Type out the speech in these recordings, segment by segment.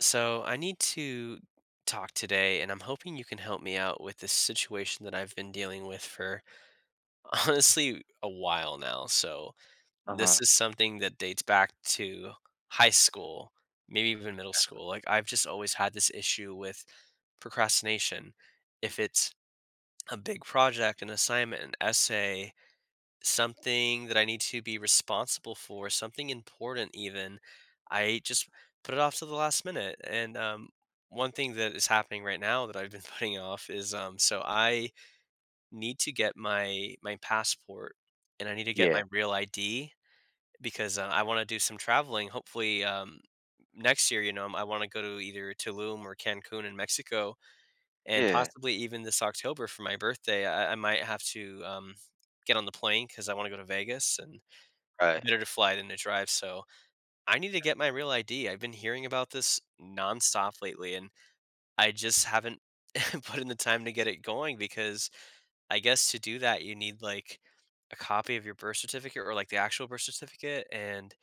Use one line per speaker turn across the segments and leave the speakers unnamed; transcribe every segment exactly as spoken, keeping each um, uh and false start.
So I need to talk today, and I'm hoping you can help me out with this situation that I've been dealing with for honestly a while now. So this
Uh-huh.
is something that dates back to high school, maybe even middle school. Like I've just always had this issue with procrastination. If it's a big project, an assignment, an essay, something that I need to be responsible for, something important even, I just put it off to the last minute. And um, one thing that is happening right now that I've been putting off is um, so I need to get my my passport, and I need to get
Yeah.
my real I D because uh, I want to do some traveling. Hopefully um, next year, you know, um, I want to go to either Tulum or Cancun in Mexico, and
Yeah.
possibly even this October for my birthday. I, I might have to um, get on the plane because I want to go to Vegas, and
Right.
better to fly than to drive, so I need to get my real I D. I've been hearing about this nonstop lately, and I just haven't put in the time to get it going because I guess to do that, you need like a copy of your birth certificate or like the actual birth certificate. And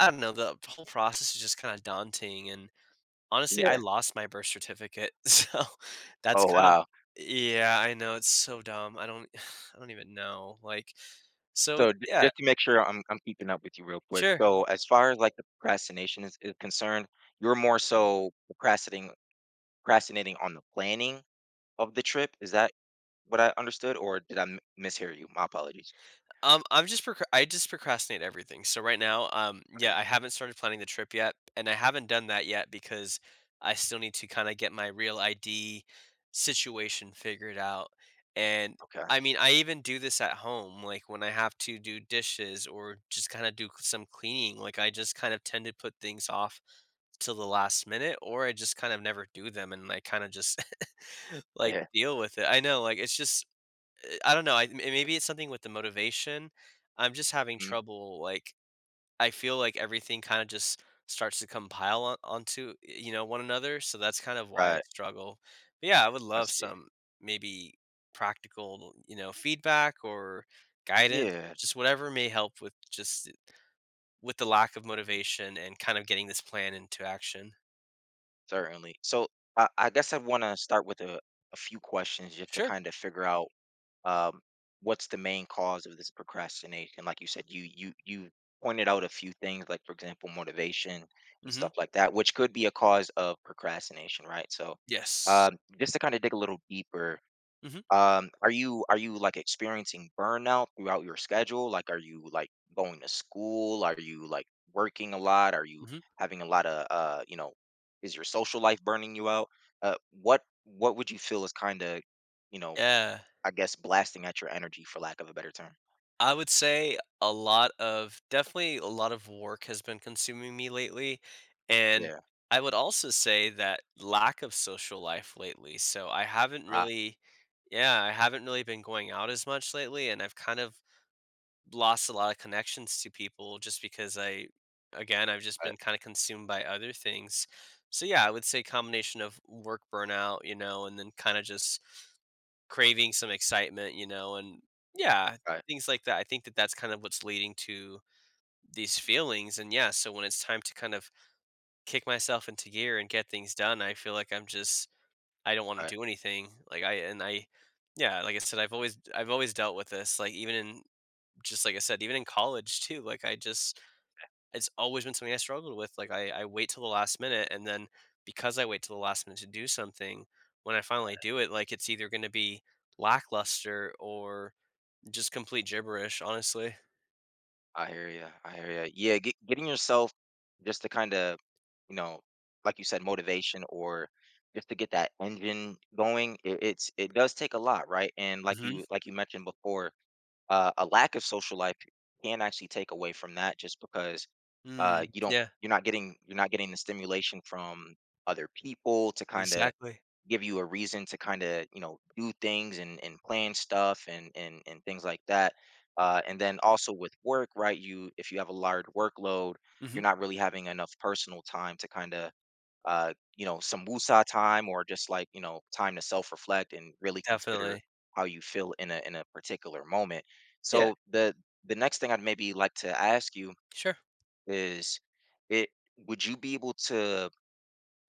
I don't know, the whole process is just kind of daunting. And honestly, I
Yeah.
lost my birth certificate, so that's
Oh,
kind of
wow.
yeah, I know it's so dumb. I don't I don't even know. Like so
So j
yeah,
just to make sure I'm I'm keeping up with you real quick.
sure.
So as far as, like, the procrastination is is concerned, you're more so procrastinating procrastinating on the planning of the trip. Is that what I understood, or did I m mishear you? My apologies.
Um, I'm just proc I just procrastinate everything. So right now, um, yeah,
Okay.
I haven't started planning the trip yet, and I haven't done that yet because I still need to kind of get my real I D situation figured out. And
Okay.
I mean, I even do this at home, like when I have to do dishes or just kind of do some cleaning. Like I just kind of tend to put things off till the last minute, or I just kind of never do them, and I kind of just like
Yeah.
deal with it. I know, like it's just I don't know, I m maybe it's something with the motivation. I'm just having
Mm.
trouble, like, I feel like everything kinda just starts to compile on onto, you know, one another, so that's kind of why I
Right.
struggle. But yeah, I would
I
love
see.
some maybe practical, you know, feedback or guidance,
Yeah.
just whatever may help with just with the lack of motivation and kind of getting this plan into action.
Certainly. So I I guess I wanna start with a a few questions just to
Sure.
kinda figure out um, what's the main cause of this procrastination? Like you said, you you you pointed out a few things, like for example, motivation and
Mhm.
stuff like that, which could be a cause of procrastination, right? So,
Yes.
um, just to kind of dig a little deeper,
Mhm.
um, are you are you like experiencing burnout throughout your schedule? Like, are you like going to school? Are you like working a lot? Are you
Mhm.
having a lot of uh, you know, is your social life burning you out? Uh, what what would you feel is kind of, you know,
Yeah.
I guess, blasting at your energy, for lack of a better term.
I would say a lot of definitely a lot of work has been consuming me lately, and
Yeah,
I would also say that lack of social life lately. So I haven't
I
really yeah, I haven't really been going out as much lately, and I've kind of lost a lot of connections to people just because I again, I've just
I
been kind of consumed by other things. So yeah, I would say combination of work burnout, you know, and then kind of just craving some excitement, you know, and yeah,
I
things like that. I think that that's kind of what's leading to these feelings, and yeah, so when it's time to kind of kick myself into gear and get things done, I feel like I'm just I don't wanna
I
do anything, like, I and I yeah, like I said, I've always I've always dealt with this, like, even in just like I said, even in college too, like, I just it's always been something I struggled with, like, I I wait till the last minute, and then because I wait till the last minute to do something, when I finally do it, like, it's either gonna be lackluster or just complete gibberish, honestly.
I hear you. I hear you. Yeah, get, getting yourself just to kind of, you know, like you said, motivation or just to get that engine going. It, it's it does take a lot, right? And like
Mhm.
you like you mentioned before, uh, a lack of social life can actually take away from that, just because
Mm,
uh, you don't
yeah,
you're not getting you're not getting the stimulation from other people to kind of
exactly.
give you a reason to kind of, you know, do things and and plan stuff and and and things like that. Uh, and then also with work, right? You if you have a large workload,
Mhm,
you're not really having enough personal time to kind of, uh, you know, some wusa time or just, like you know, time to self reflect and really consider
definitely.
how you feel in a in a particular moment.
Yeah,
So the the next thing I'd maybe like to ask you
sure.
is it would you be able to,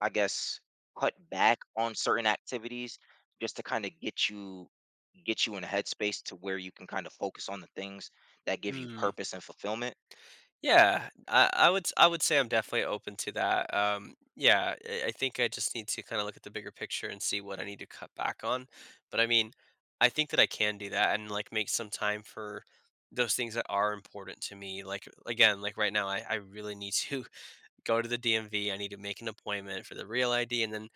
I guess, cut back on certain activities just to kind of get you get you in a headspace to where you can kind of focus on the things that give you
Mm,
purpose and fulfillment.
yeah, I I would s I would say I'm definitely open to that, um, yeah, I I think I just need to kinda look at the bigger picture and see what I need to cut back on, but, I mean, I think that I can do that and, like, make some time for those things that are important to me, like, again, like, right now, I I really need to go to the D M V, I need to make an appointment for the real I D, and then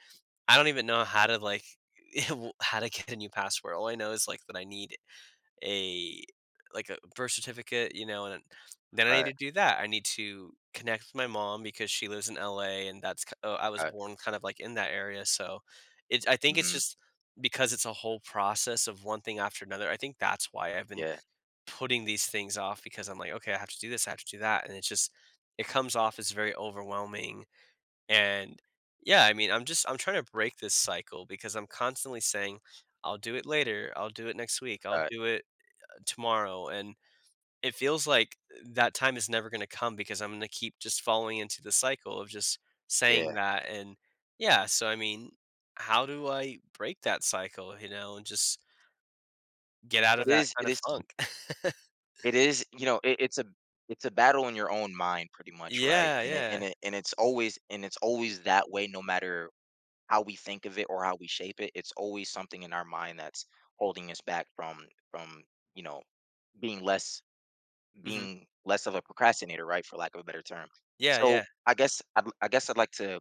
I don't even know how to like how to get a new password. All I know is like that I need a like a birth certificate, you know, and then I need
Right.
to do that. I need to connect with my mom because she lives in L A and that's k oh, I was
Right.
born kind of like in that area, so it's I think it's
Hmm.
just because it's a whole process of one thing after another. I think that's why I've been
Yeah.
putting these things off because I'm like, "Okay, I have to do this, I have to do that," and it's just it comes off as very overwhelming and yeah, I mean, I'm just I'm trying to break this cycle because I'm constantly saying, I'll do it later, I'll do it next week, I'll
Right.
do it uh, tomorrow. And it feels like uh, that time is never going to come because I'm going to keep just falling into the cycle of just saying
Yeah.
that. And yeah, so I mean, how do I break that cycle, you know, and just get out of
It
that
is.
kind
It
of
is.
funk?
It is. You know, it, it's a it's a battle in your own mind, pretty much, right?
Yeah,
And it and
yeah.
it and it's always and it's always that way, no matter how we think of it or how we shape it. It's always something in our mind that's holding us back from from you know, being less
Hmm.
being less of a procrastinator, right, for lack of a better term.
Yeah,
So
yeah.
I guess I'd, I guess I'd like to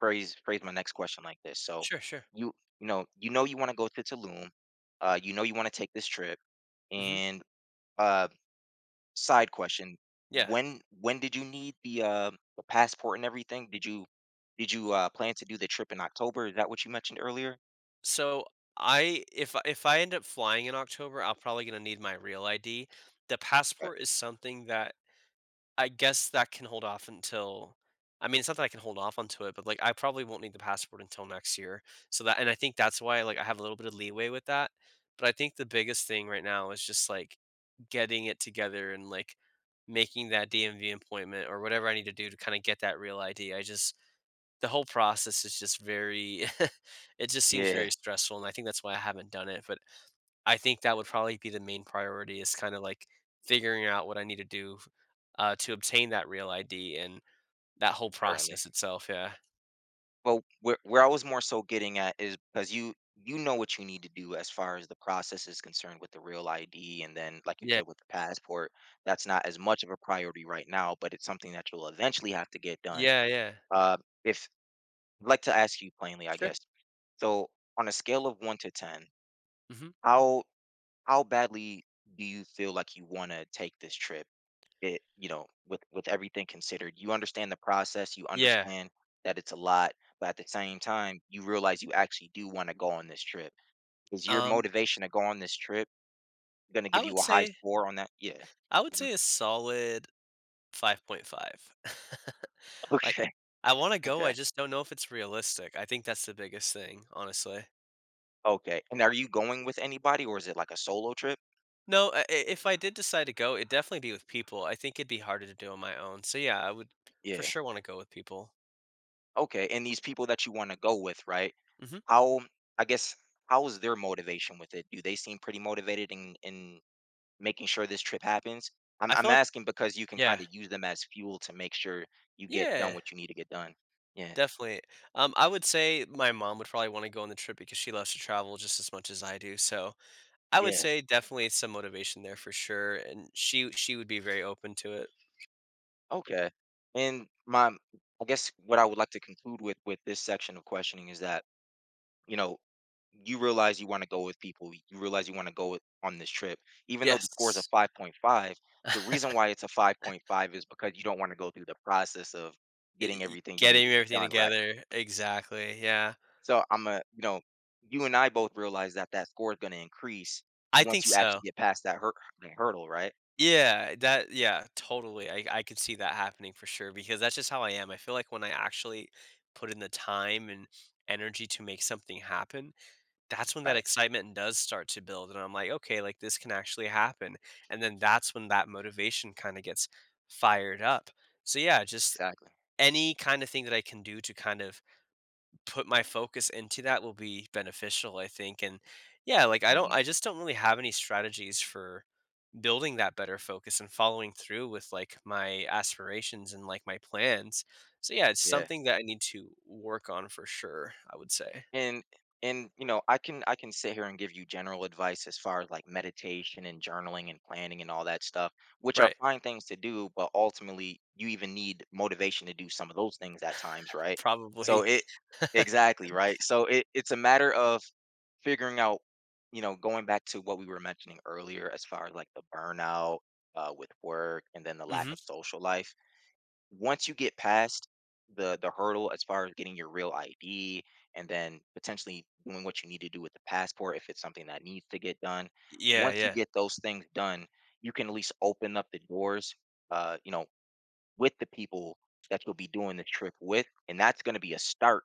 phrase phrase my next question like this. So
Sure, sure.
you you know you know you want to go to Tulum, uh, you know you want to take this trip,
Hmm.
and uh, side question:
Yeah.
when when did you need the uh, the passport and everything? Did you did you uh, plan to do the trip in October? Is that what you mentioned earlier?
So I if I if I end up flying in October, I'll probably gonna need my real I D. The
Uh,
passport is something that I guess that can hold off until I mean, it's not that I can hold off onto it, but like I probably won't need the passport until next year. So that and I think that's why like I have a little bit of leeway with that. But I think the biggest thing right now is just like getting it together and like making that D M V appointment or whatever I need to do to kind of get that real I D. I just the whole process is just very it just seems very
yeah,
stressful, and I think that's why I haven't done it, but I think that would probably be the main priority is kinda, like, figuring out what I need to do, uh, to obtain that Real I D and that whole
currently.
process itself, yeah.
Well, where where I was more so getting at is because you you know what you need to do as far as the process is concerned with the real I D, and then like you
Yeah.
said with the passport, that's not as much of a priority right now, but it's something that you'll eventually have to get done.
Yeah, yeah.
Uh, if I'd like to ask you plainly, I
Sure.
guess. So on a scale of one to ten,
Mhm.
how how badly do you feel like you want to take this trip? It, you know, with with everything considered, you understand the process, you
Yeah.
understand that it's a lot, but at the same time you realize you actually do want to go on this trip. Is your
Um,
motivation to go on this trip going to
I
give you
would
a high
say
score on that? Yeah.
I would
Mhm.
say a solid five point five. Like,
Okay.
I wanna go, I
Okay.
just don't know if it's realistic. I think that's the biggest thing, honestly.
Okay, and are you going with anybody or is it like a solo trip?
No, I I if I did decide to go, it'd definitely be with people. I think it'd be harder to do on my own. So yeah, I would for
Yeah.
sure want to go with people.
Okay, and these people that you want to go with, right,
Hmm.
how, I guess, how is their motivation with it? Do they seem pretty motivated and and making sure this trip happens? I'm
I
I'm
feel like
asking because you can
yeah,
kind of use them as fuel to make sure you get done
yeah,
what you need to get done. Yeah.
definitely. Um, I would say my mom would probably want to go on the trip because she loves to travel just as much as I do. So I would
Yeah.
say definitely some motivation there for sure, and she she would be very open to it.
Okay. And my I guess what I would like to conclude with with this section of questioning is that, you know, you realize you want to go with people. You realize you want to go with, on this trip. Even though the score is a
Yes,
five point five, the reason why it's a five point five is because you don't want to go through the process of getting
Y-
everything you need
getting
to get
everything
done, right?
together exactly. Yeah,
So I'm a, you know, you and I both realize that that score is going to increase
I think
once you
so.
actually get past that hurt that hurdle, right?
Yeah, that yeah, totally. I I could see that happening for sure because that's just how I am. I feel like when I actually put in the time and energy to make something happen, that's when that
Right.
excitement does start to build and I'm like, okay, like this can actually happen. And then that's when that motivation kind of gets fired up. So yeah, just
Exactly.
any kind of thing that I can do to kind of put my focus into that will be beneficial, I think. And yeah, like I don't
Hmm.
I just don't really have any strategies for building that better focus and following through with like my aspirations and like my plans. So yeah, it's
Yeah.
something that I need to work on for sure, I would say.
and and you know, I can I can sit here and give you general advice as far as like meditation and journaling and planning and all that stuff, which are
Right.
fine things to do, but ultimately you even need motivation to do some of those things at times, right? so
Probably.
it Exactly, right? So it, it's a matter of figuring out, you know, going back to what we were mentioning earlier as far as like the burnout, uh, with work and then the lack
Mhm.
of social life. Once you get past the the hurdle as far as getting your real I D and then potentially doing what you need to do with the passport if it's something that needs to get done,
Yeah,
once you
yeah.
get those things done, you can at least open up the doors, uh, you know, with the people that you'll be doing the trip with, and that's going to be a start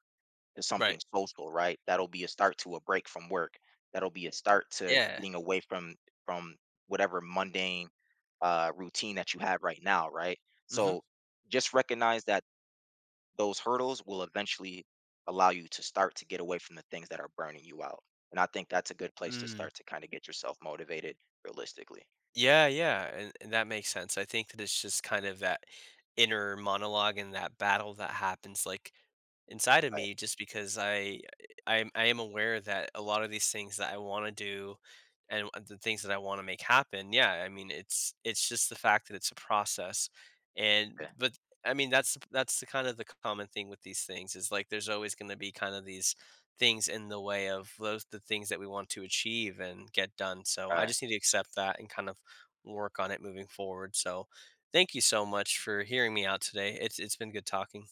to
Right.
something social, right? That'll be a start to a break from work. That'll be a start to
Yeah.
getting away from from whatever mundane uh, routine that you have right now, right?
Mhm.
So just recognize that those hurdles will eventually allow you to start to get away from the things that are burning you out. And I think that's a good place to
Mm.
start to kind of get yourself motivated realistically.
Yeah, yeah, and, and that makes sense. I think that it's just kind of that inner monologue and that battle that happens like inside of
Right.
me just because I I am I am aware that a lot of these things that I want to do and w- the things that I want to make happen, yeah, I mean it's it's just the fact that it's a process. And
Yeah.
but I mean that's the- that's the kind of the common thing with these things is like there's always going to be kind of these things in the way of those the things that we want to achieve and get done. So
All
I
right.
just need to accept that and kind of work on it moving forward. So thank you so much for hearing me out today. It's it's been good talking.